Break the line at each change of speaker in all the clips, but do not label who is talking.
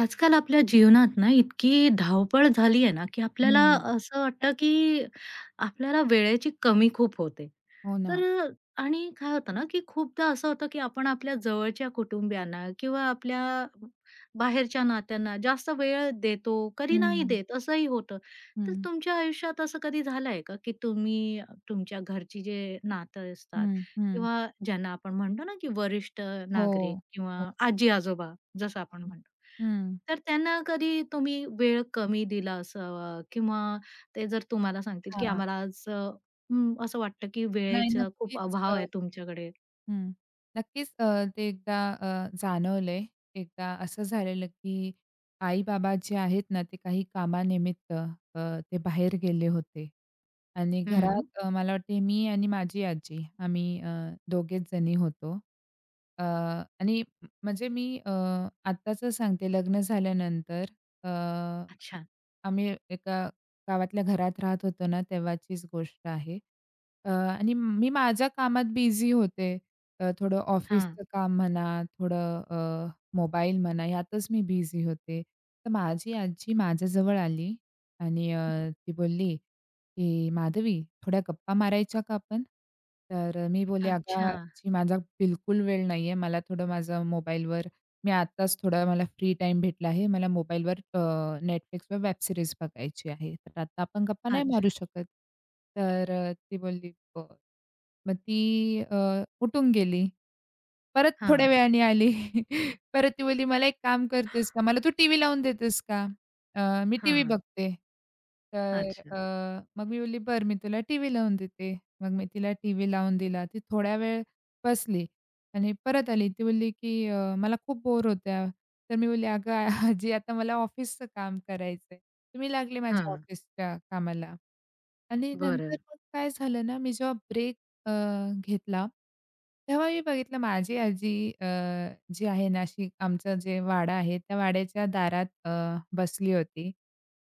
आजकाल आपल्या जीवनात ना इतकी धावपळ झाली आहे ना, की आपल्याला
हं.
असं वाटतं, की आपल्याला वेळेची कमी खूप होते.
हो ना.
तर अ, आणि काय होतं ना, की खूपदा असं होतं, की आपण आपल्या जवळच्या कुटुंबियांना किंवा आपल्या बाहेरच्या नात्यांना जास्त वेळ देतो, कधी नाही
हं,
देत असंही होतं. तर
हं,
तुमच्या आयुष्यात असं कधी झालं का, की तुम्ही तुमच्या घरची जे नातं असतात
हं, हं.
किंवा ज्यांना आपण म्हणतो ना, की वरिष्ठ
हो.
नागरिक
हो.
किंवा आजी-आजोबा जसं आपण म्हणतो.
हं.
तर त्यांना कधी तुम्ही वेळ कमी दिला असावा किंवा ते जर तुम्हाला सांगतील, की
हां.
आम्हाला आज असं वाटतं, की
नाही,
वेळेचा खूप
नक्कीच.
अभाव आहे तुमच्याकडे.
हं. नक्कीच, ते एकदा जाणवलंय. एकदा असं झालेलं, की आई-बाबा जे आहेत ना, ते काही कामानिमित्त ते बाहेर गेले होते आणि
हं.
घरात मला वाटते मी आणि माझी आजी आम्ही दोघेच जणी होतो. अ, आणि म्हणजे मी आत्ताचं सांगते लग्न झाल्यानंतर, अ,
अच्छा.
आम्ही एका गावातल्या घरात राहत होतो ना, तेव्हाचीच गोष्ट आहे. आणि मी माझ्या कामात बिझी होते. थोडं
हां.
ऑफिसचं काम म्हणा, थोडं मोबाईल म्हणा, ह्यातच मी बिझी होते. तर माझी आजी माझ्याजवळ आली आणि ती बोलली, की "माधवी, थोड्या गप्पा मारायच्या का आपण?" तर मी बोलले, "अगं
अच्छा.
आजी, माझा बिलकुल वेळ नाही आहे. मला थोडं माझं मोबाईलवर, मी आत्ताच थोडा मला फ्री टाईम भेटला आहे. मला मोबाईलवर वेब सीरीज बघायची आहे. तर आता आपण गप्पा नाही मारू
अच्छा.
शकत." तर ती बोलली, "बरं." मग ती अ, उठून गेली. परत थोड्या
हां,
वेळाने आली. परत ती बोलली, "मला एक काम करतेस का? मला तू टीव्ही लावून देतेस का? मी टीव्ही
हां.
बघते." तर
अच्छा.
मग मी बोलली, "बरं, मी तुला टीव्ही लावून देते." मग मी तिला टीव्ही लावून दिला. ती थोड्या वेळ बसली आणि परत आली. ती बोलली, की "मला खूप बोर होत्या." तर मी बोलली, "अगं आजी, आता मला ऑफिसचं काम करायचंय." तर लागले माझ्या
हां.
ऑफिसच्या कामाला. आणि नंतर
बरं.
मग काय झालं ना, मी जेव्हा ब्रेक अ, घेतला, तेव्हा मी बघितलं, माझी आजी अ, जी आहे ना, अशी आमचं जे वाडा आहे, त्या वाड्याच्या दारात बसली होती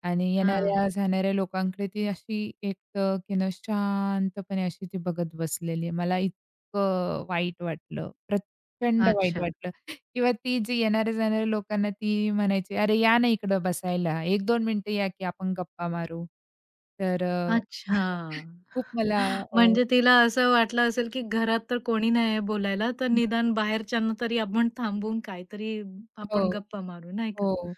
आणि
हां.
येणाऱ्या-जाणाऱ्या लोकांकडे ती अशी एकटक येणं शांतपणे अशी ती बघत बसलेली आहे. मला इतकं वाईट वाटलं, प्रचंड वाईट
अच्छा.
वाटलं. किंवा ती जी येणाऱ्या-जाणाऱ्या लोकांना ती म्हणायची, "अरे, या ना इकडं बसायला. 1-2 मिनिटं या की आपण गप्पा मारू." तर
अच्छा.
खूप मला अ
म्हणजे तिला असं वाटलं असेल, की घरात तर कोणी नाही आहे बोलायला, तर निदान बाहेरच्यांना तरी आपण थांबून काहीतरी आपण
हो,
गप्पा मारू, नाही का?
हो.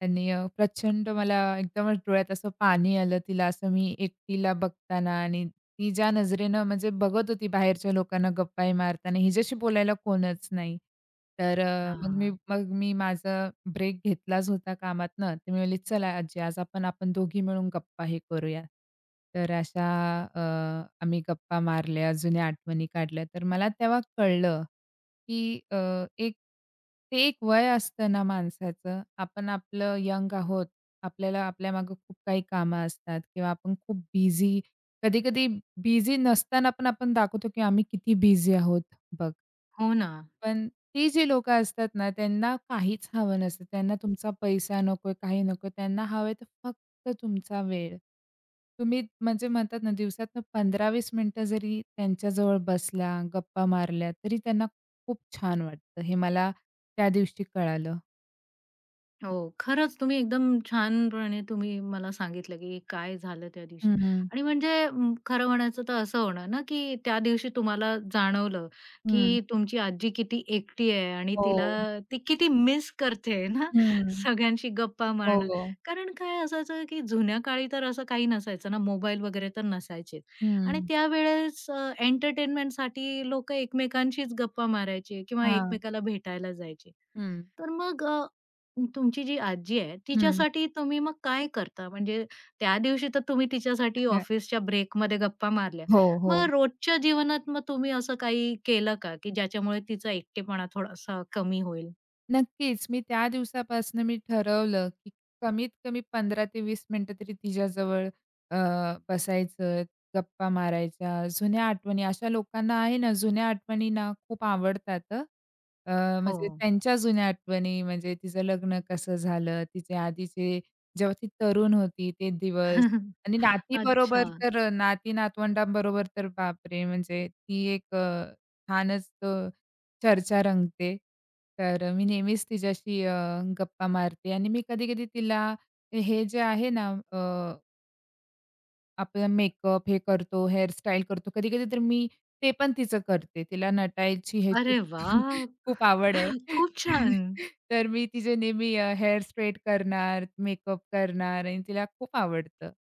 त्यांनी प्रचंड मला एकदमच डोळ्यात असं पाणी आलं तिला असं मी एकटीला बघताना, आणि ती ज्या नजरेनं म्हणजे बघत होती बाहेरच्या लोकांना गप्पाही मारताना, हिच्याशी बोलायला कोणच नाही. तर मग मी
हां.
मग मी माझा ब्रेक घेतलाच होता कामातनं. तर मी म्हणली, "चला आजी, आज आपण आपण दोघी मिळून गप्पा हे करूया." तर अशा अ, आम्ही गप्पा मारल्या, जुन्या आठवणी काढल्या. तर मला तेव्हा कळलं, की अ, एक ते एक वय असतं ना माणसाचं, आपण आपलं यंग आहोत. आपल्याला आपल्यामागे खूप काही कामं असतात किंवा आपण खूप बिझी, कधी-कधी बिझी नसताना पण आपण दाखवतो की आम्ही किती बिझी आहोत बघ.
हो ना.
पण ती जी लोकं असतात ना, त्यांना काहीच हवं नसतं. त्यांना तुमचा पैसा नकोय, काही नकोय. त्यांना हवंय तर फक्त तुमचा वेळ. तुम्ही म्हणजे म्हणतात ना, दिवसातनं 15-20 मिनिटं जरी त्यांच्याजवळ बसला, गप्पा मारल्या, तरी त्यांना खूप छान वाटतं. हे मला त्या दिवशी कळालं.
हो, खरंच तुम्ही एकदम छानपणे तुम्ही मला सांगितलं, की काय झालं त्या दिवशी
हं.
आणि म्हणजे खरं म्हणायचं तर असं होणार ना, की त्या दिवशी तुम्हाला जाणवलं,
हं.
की तुमची आजी किती एकटी आहे आणि
हो.
तिला ती किती मिस करते ना,
हं.
सगळ्यांशी गप्पा मारणं.
हो.
कारण काय असायचं, की जुन्या काळी तर असं काही नसायचं ना, मोबाईल वगैरे तर नसायचे आणि
हं.
त्यावेळेस एंटरटेनमेंटसाठी लोकं एकमेकांशीच गप्पा मारायचे किंवा
हां.
एकमेकाला भेटायला जायचे.
हं.
तर मग अ, तुमची जी आजी आहे
हं.
तिच्यासाठी तुम्ही मग काय करता? म्हणजे त्या दिवशी तर तुम्ही तिच्यासाठी ऑफिसच्या ब्रेकमध्ये गप्पा मारल्या.
हो, हो.
मग रोजच्या जीवनात मग तुम्ही असं काही केलं का, की ज्याच्यामुळे तिचा एकटेपणा थोडासा कमी होईल?
नक्कीच. मी त्या दिवसापासून मी ठरवलं, की कमीत कमी 15 ते 20 मिनिटं तरी तिच्याजवळ अ, बसायचं, गप्पा मारायच्या, जुन्या आठवणी. अशा लोकांना आहे ना, जुन्या आठवणी ना खूप आवडतात हं.
हो.
म्हणजे त्यांच्या जुन्या आठवणी म्हणजे तिचं लग्न कसं झालं, तिचे आधीचे जेव्हा ती तरुण होती ते दिवस, आणि नातीबरोबर
अच्छा.
तर नाती-नातवंडांबरोबर तर बापरे! म्हणजे ती एक छानच चर्चा रंगते. तर मी नेहमीच तिच्याशी गप्पा मारते आणि मी कधी-कधी तिला, हे जे आहे ना, आपला मेकअप हे करतो, हेअरस्टाईल करतो. कधी-कधी तर मी ते पण तिचं करते. तिला नटायची ह्याची
अरे वाह!
खूप आवड आहे.
खूप छान.
तर मी तिचे नेहमी हेअर स्ट्रेट करणार, मेकअप करणार आणि तिला खूप आवडतं.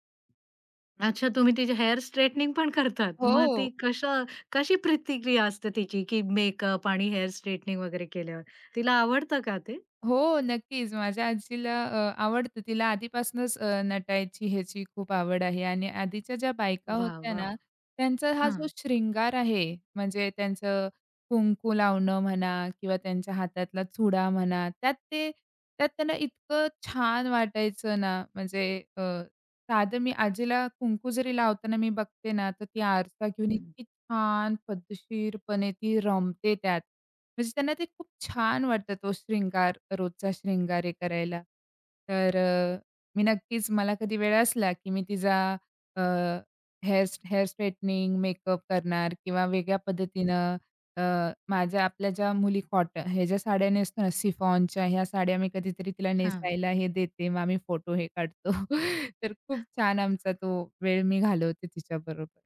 अच्छा तुम्ही तिचे हेअर स्ट्रेटनिंग पण करतात. मग ती
हो.
कसं कशी प्रतिक्रिया असते तिची, की मेकअप आणि हेअर स्ट्रेटनिंग वगैरे केल्यावर? तिला आवडतं का ते?
हो, नक्कीच. माझ्या आजीला आवडतं. तिला आधीपासूनच नटायची ह्याची खूप आवड आहे आणि आधीच्या ज्या बायका
वाह!
होत्या ना,
वाह!
त्यांचा हा जो
हां,
शृंगार आहे, म्हणजे त्यांचं कुंकू लावणं म्हणा किंवा त्यांच्या हातातला चुडा म्हणा, त्यात त्यांना इतकं छान वाटायचं ना, म्हणजे अ, साधं मी आजीला कुंकू जरी लावताना मी बघते ना, तर ती आरसा घेऊन
हं.
इतकी छान पद्धतशीरपणे ती रमते त्यात. म्हणजे त्यांना ते खूप छान वाटतं, तो शृंगार, रोजचा शृंगार हे करायला. तर मी नक्कीच, मला कधी वेळ असला, की मी तिचा uh, hair hair straightening, makeup करणार किंवा वेगळ्या पद्धतीनं. अ, माझ्या आपल्या ज्या मुली कॉटन ह्या ज्या साड्या नेसतो ना, शिफॉनच्या ह्या साड्या मी कधीतरी तिला
हां.
नेसायला हे देते. मग आम्ही फोटो हे काढतो. तर खूप छान आमचा तो वेळ मी घालवते तिच्याबरोबर.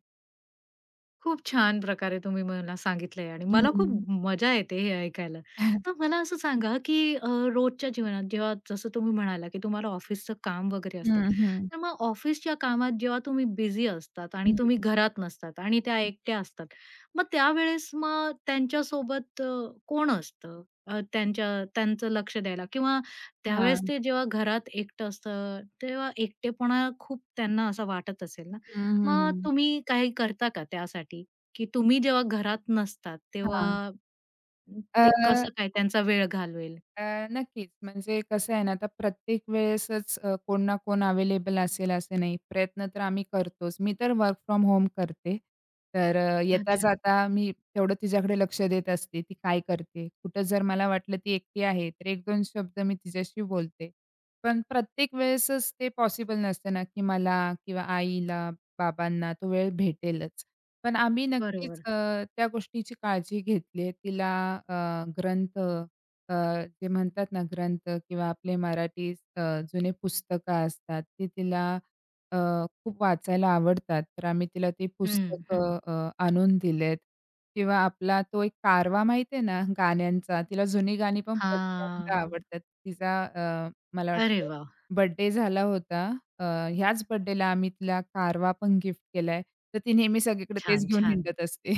खूप छान प्रकारे तुम्ही मला सांगितलंय आणि मला
हं.
खूप मजा येते हे ऐकायला. तर मला असं सांगा, की, रोजच्या जीवनात जेव्हा जसं तुम्ही म्हणाला, की तुम्हाला ऑफिसचं काम वगैरे असतं.
हं, हं.
तर मग ऑफिसच्या कामात जेव्हा तुम्ही बिझी असतात आणि
हं.
तुम्ही घरात नसतात आणि त्या एकट्या असतात. मग त्यावेळेस मग त्यांच्यासोबत कोण असतं? अ, त्यांच्या त्यांचं लक्ष द्यायला किंवा त्यावेळेस
हां.
ते जेव्हा घरात एकटं असतं, तेव्हा एकटेपणा खूप त्यांना असा वाटत असेल ना?
हं, हं,
मग
हं.
तुम्ही काही करता का त्यासाठी? की तुम्ही जेव्हा घरात नसतात तेव्हा
हां. अ,
ते कसं काय त्यांचा वेळ घालवेल?
अ, नक्कीच. म्हणजे कसं आहे ना, आता प्रत्येक वेळेसच कोण ना कोण अवेलेबल असेल असं नाही. प्रयत्न तर आम्ही करतोच. मी तर वर्क फ्रॉम होम करते. तर
अच्छा.
येता-जाता मी तेवढं तिच्याकडे लक्ष देत असते. ती काय करते? कुठं जर मला वाटलं ती एकटी आहे, तर 1-2 शब्द मी तिच्याशी बोलते. पण प्रत्येक वेळेसच ते पॉसिबल नसतं ना, की मला किंवा आईला, बाबांना तो वेळ भेटेलच. पण आम्ही नक्कीच
बरोबर.
त्या गोष्टीची काळजी घेतली. तिला अ, ग्रंथ, अ, जे म्हणतात ना ग्रंथ, किंवा आपले मराठी अ, जुने पुस्तकं असतात, ती तिला अ, खूप वाचायला आवडतात. तर आम्ही तिला ती
हं, हं.
पुस्तकं आणून दिलेत. किंवा आपला तो एक कारवा माहिती आहे ना गाण्यांचा, तिला जुनी गाणी पण प्रचंड
हां.
आवडतात. तिचा मला
अरे
वाटतं
वाह!
बर्थडे झाला होता. अ, ह्याच बर्थडेला आम्ही तिला कारवा पण गिफ्ट केलाय. तर ती नेहमी सगळीकडे तेच
छान,
घेऊन
छान.
हिंडत असते.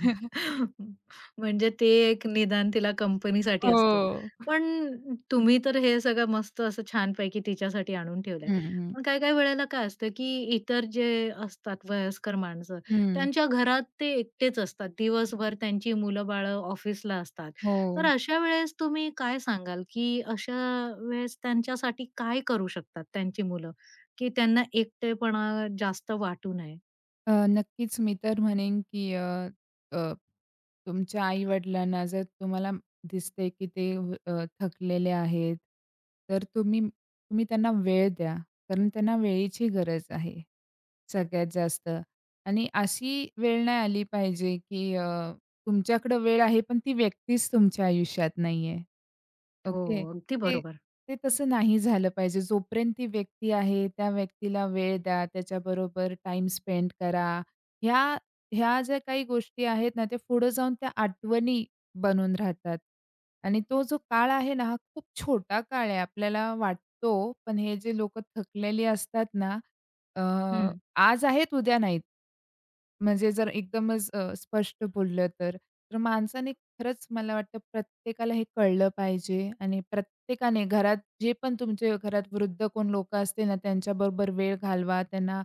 म्हणजे ते एक निदान तिला कंपनीसाठी असतं.
हो.
पण तुम्ही तर हे सगळं मस्त असं छानपैकी तिच्यासाठी आणून ठेवलंय.
हं, हं.
पण काही-काही वेळेला काय असतं, की इतर जे असतात वयस्कर माणसं,
हं.
त्यांच्या घरात ते एकटेच असतात. दिवसभर त्यांची मुलं-बाळं ऑफिसला असतात.
हो.
तर अशा वेळेस तुम्ही काय सांगाल, की अशा वेळेस त्यांच्यासाठी काय करू शकतात त्यांची मुलं, की त्यांना एकटेपणा जास्त वाटू नये?
नक्कीच मी तर म्हणेन, की अ, अ, तुमच्या आई-वडिलांना जर तुम्हाला दिसते, की ते थकलेले आहेत, तर तुम्ही तुम्ही त्यांना वेळ द्या. कारण त्यांना वेळेची गरज आहे सगळ्यात जास्त. आणि अशी वेळ नाही आली पाहिजे, की तुमच्याकडे वेळ आहे, पण ती व्यक्तीच तुमच्या आयुष्यात नाहीये.
हो,
ओके.
अगदी
ते
बरोबर.
ते तसं नाही झालं पाहिजे. जोपर्यंत ती व्यक्ती आहे, त्या व्यक्तीला वेळ द्या, त्याच्याबरोबर टाइम स्पेंड करा. ह्या ह्या ज्या काही गोष्टी आहेत ना, त्या पुढे जाऊन त्या आठवणी बनून राहतात. आणि तो जो काळ आहे ना, हा खूप छोटा काळ आहे आपल्याला वाटतो, पण हे जे लोकं थकलेली असतात ना, अ,
हं.
आज आहेत, उद्या नाहीत. म्हणजे जर एकदमच स्पष्ट बोललं तर. तर माणसाने खरंच, मला वाटतं प्रत्येकाला हे कळलं पाहिजे, आणि प्रत्येकाने घरात जे पण तुमच्या घरात वृद्ध कोण लोकं असते ना, त्यांच्याबरोबर वेळ घालवा, त्यांना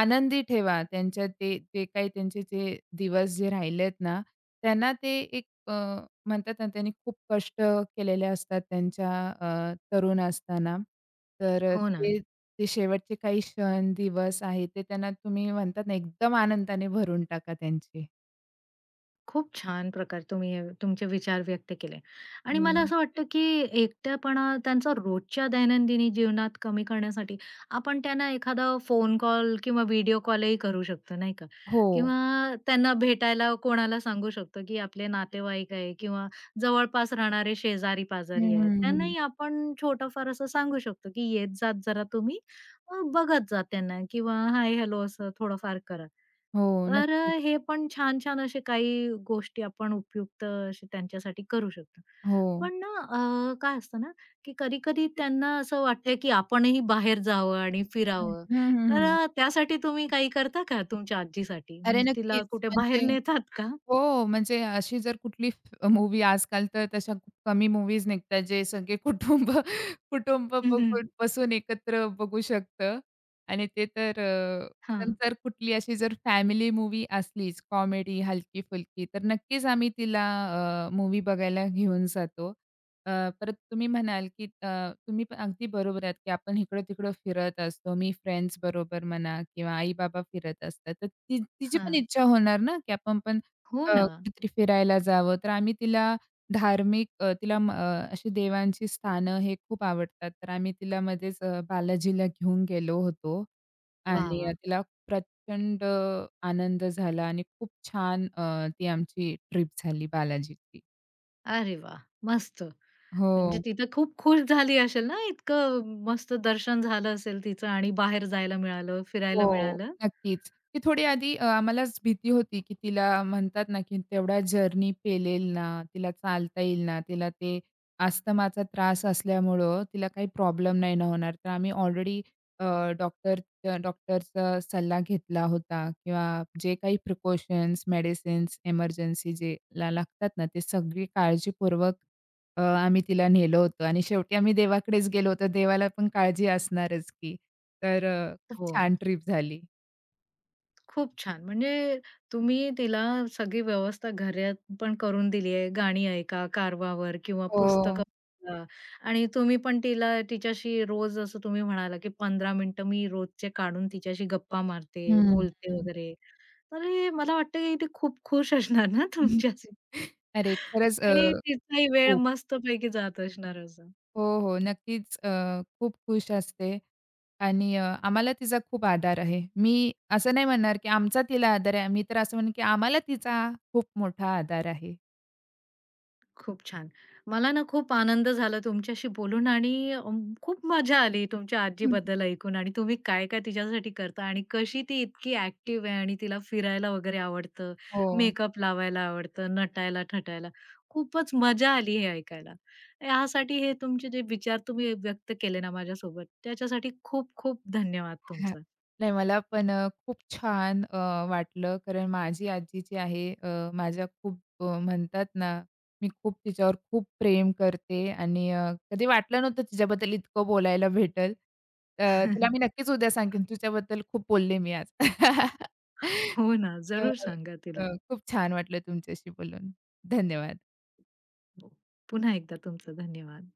आनंदी ठेवा. त्यांच्या ते ते काही त्यांचे जे दिवस जे राहिलेत ना, त्यांना ते एक, म्हणतात ना, त्यांनी खूप कष्ट केलेले असतात त्यांच्या तरुण असताना. तर
हो ना.
ते ते शेवटचे काही क्षण, दिवस आहेत, ते त्यांना, तुम्ही म्हणतात ना, एकदम आनंदाने भरून टाका त्यांचे.
खूप छान प्रकारे तुम्ही हे तुमचे विचार व्यक्त केले आणि मला
हं.
असं वाटतं की एकटेपणा त्यांचा रोजच्या दैनंदिनी जीवनात कमी करण्यासाठी आपण त्यांना एखादा फोन कॉल किंवा व्हिडिओ कॉलही करू शकतो नाही का
हो.
किंवा त्यांना भेटायला कोणाला सांगू शकतो की आपले नातेवाईक आहे किंवा जवळपास राहणारे शेजारी
हं,
पाजारी आहेत
हं, हं.
त्यांनाही आपण छोटंफार असं सांगू शकतो की येत जात जरा तुम्ही बघत जा त्यांना किंवा हाय हॅलो असं थोडंफार करा
हो, नक्कीच.
हे पण छान-छान असे काही गोष्टी आपण उपयुक्त असे त्यांच्यासाठी करू शकतो.
हो.
काय असतं ना, की कधी-कधी त्यांना असं वाटतं की आपणही बाहेर जावं आणि
हं,
फिरावं.
हं, हं, हं.
त्यासाठी तुम्ही काही करता का तुमच्या आजीसाठी?
अरे,
म्हणजे
नक्कीच.
तिला कुठे बाहेर
म्हणजे
नेतात का?
हो, म्हणजे अशी जर कुठली मूवी, आजकाल तर तशा खूप कमी मूव्हीज निघतात, जे सगळे कुटुंब कुटुंब
हं, हं.
बघून बसून एकत्र बघू शकतं आणि ते तर
हां,
पण जर कुठली अशी जर फॅमिली मूव्ही असलीच, कॉमेडी हलकी-फुलकी, तर नक्कीच आम्ही तिला मूव्ही बघायला घेऊन जातो. अ, परत तुम्ही म्हणाल, की तुम्ही पण अगदी बरोबर आहात, की आपण इकडं-तिकडं फिरत असतो. मी फ्रेंड्स बरोबर म्हणा किंवा आई-बाबा फिरत असतात. तर ती तिची पण इच्छा होणार ना, की आपण पण
हो ना.
कुठेतरी फिरायला जावं. तर आम्ही तिला धार्मिक, तिला अशी देवांची स्थानं हे खूप आवडतात. तर आम्ही तिला मध्येच बालाजीला घेऊन गेलो होतो
वाह!
आणि
वाह!
तिला प्रचंड आनंद झाला आणि खूप छान ती आमची ट्रिप झाली बालाजीची.
अरे वाह! मस्त. म्हणजे
हो.
ती खूप खुश झाली असेल ना, इतकं मस्त दर्शन झालं असेल तिचं आणि बाहेर जायला मिळालं,
हो,
फिरायला मिळालं?
नक्कीच. ती थोडी आधी, आम्हालाच भीती होती, की तिला, म्हणतात ना, की तेवढा जर्नी पेलेल ना, तिला चालता येईल ना, तिला ते अस्थमाचा त्रास असल्यामुळं तिला काही प्रॉब्लेम नाही ना होणार. तर आम्ही ऑलरेडी अ, डॉक्टर डॉक्टरचा सल्ला घेतला होता किंवा जे काही प्रिकॉशन्स, मेडिसिन्स, इमर्जन्सी जेला लागतात ना, ते सगळी काळजीपूर्वक आम्ही तिला नेलं होतं आणि शेवटी आम्ही देवाकडेच गेलो होतो. देवाला पण काळजी असणारच की. तर खूप
हो.
छान ट्रिप झाली.
खूप छान. म्हणजे तुम्ही तिला सगळी व्यवस्था घरात पण करून दिली आहे. गाणी ऐका, कारवावर किंवा
हो.
पुस्तकं वाचा आणि तुम्ही पण तिला तिच्याशी रोज असं तुम्ही म्हणाला, की 15 मिनिटं मी रोजचे काढून तिच्याशी गप्पा मारते,
हं,
बोलते
हं.
वगैरे. तर हे मला वाटतं, की ती खूप खुश असणार ना
हं.
तुमच्याशी?
अरे, खरंच
आणि तिचाही वेळ
खूप.
मस्तपैकी जात असणार असं.
हो, हो. नक्कीच खूप खुश असते आणि आम्हाला तिचा खूप आधार आहे. मी असं नाही म्हणणार, की आमचा तिला आधार आहे. मी तर असं म्हणेन, की आम्हाला तिचा खूप मोठा आधार आहे.
खूप छान. मला ना खूप आनंद झाला तुमच्याशी बोलून आणि खूप मजा आली तुमच्या
हं.
आजीबद्दल ऐकून आणि तुम्ही काय-काय तिच्यासाठी करता आणि कशी ती इतकी ॲक्टिव्ह आहे आणि तिला फिरायला वगैरे आवडतं,
हो.
मेकअप लावायला आवडतं, नटायला-थटायला. खूपच मजा आली हे ऐकायला. यासाठी हे तुमचे जे विचार तुम्ही व्यक्त केले ना माझ्यासोबत, त्याच्यासाठी खूप-खूप धन्यवाद
हां.
तुमचा.
नाही, मला पण खूप छान वाटलं कारण माझी आजी जी आहे, माझ्या खूप, म्हणतात ना, मी खूप तिच्यावर खूप प्रेम करते आणि कधी वाटलं नव्हतं तिच्याबद्दल इतकं बोलायला भेटेल. तिला मी नक्कीच उद्या सांगेन, तुझ्याबद्दल खूप बोलले मी आज.
हो ना,
अ,
जरूर सांगा तिला.
अ, खूप छान वाटलं तुमच्याशी बोलून. धन्यवाद.
हो. पुन्हा एकदा तुमचं धन्यवाद.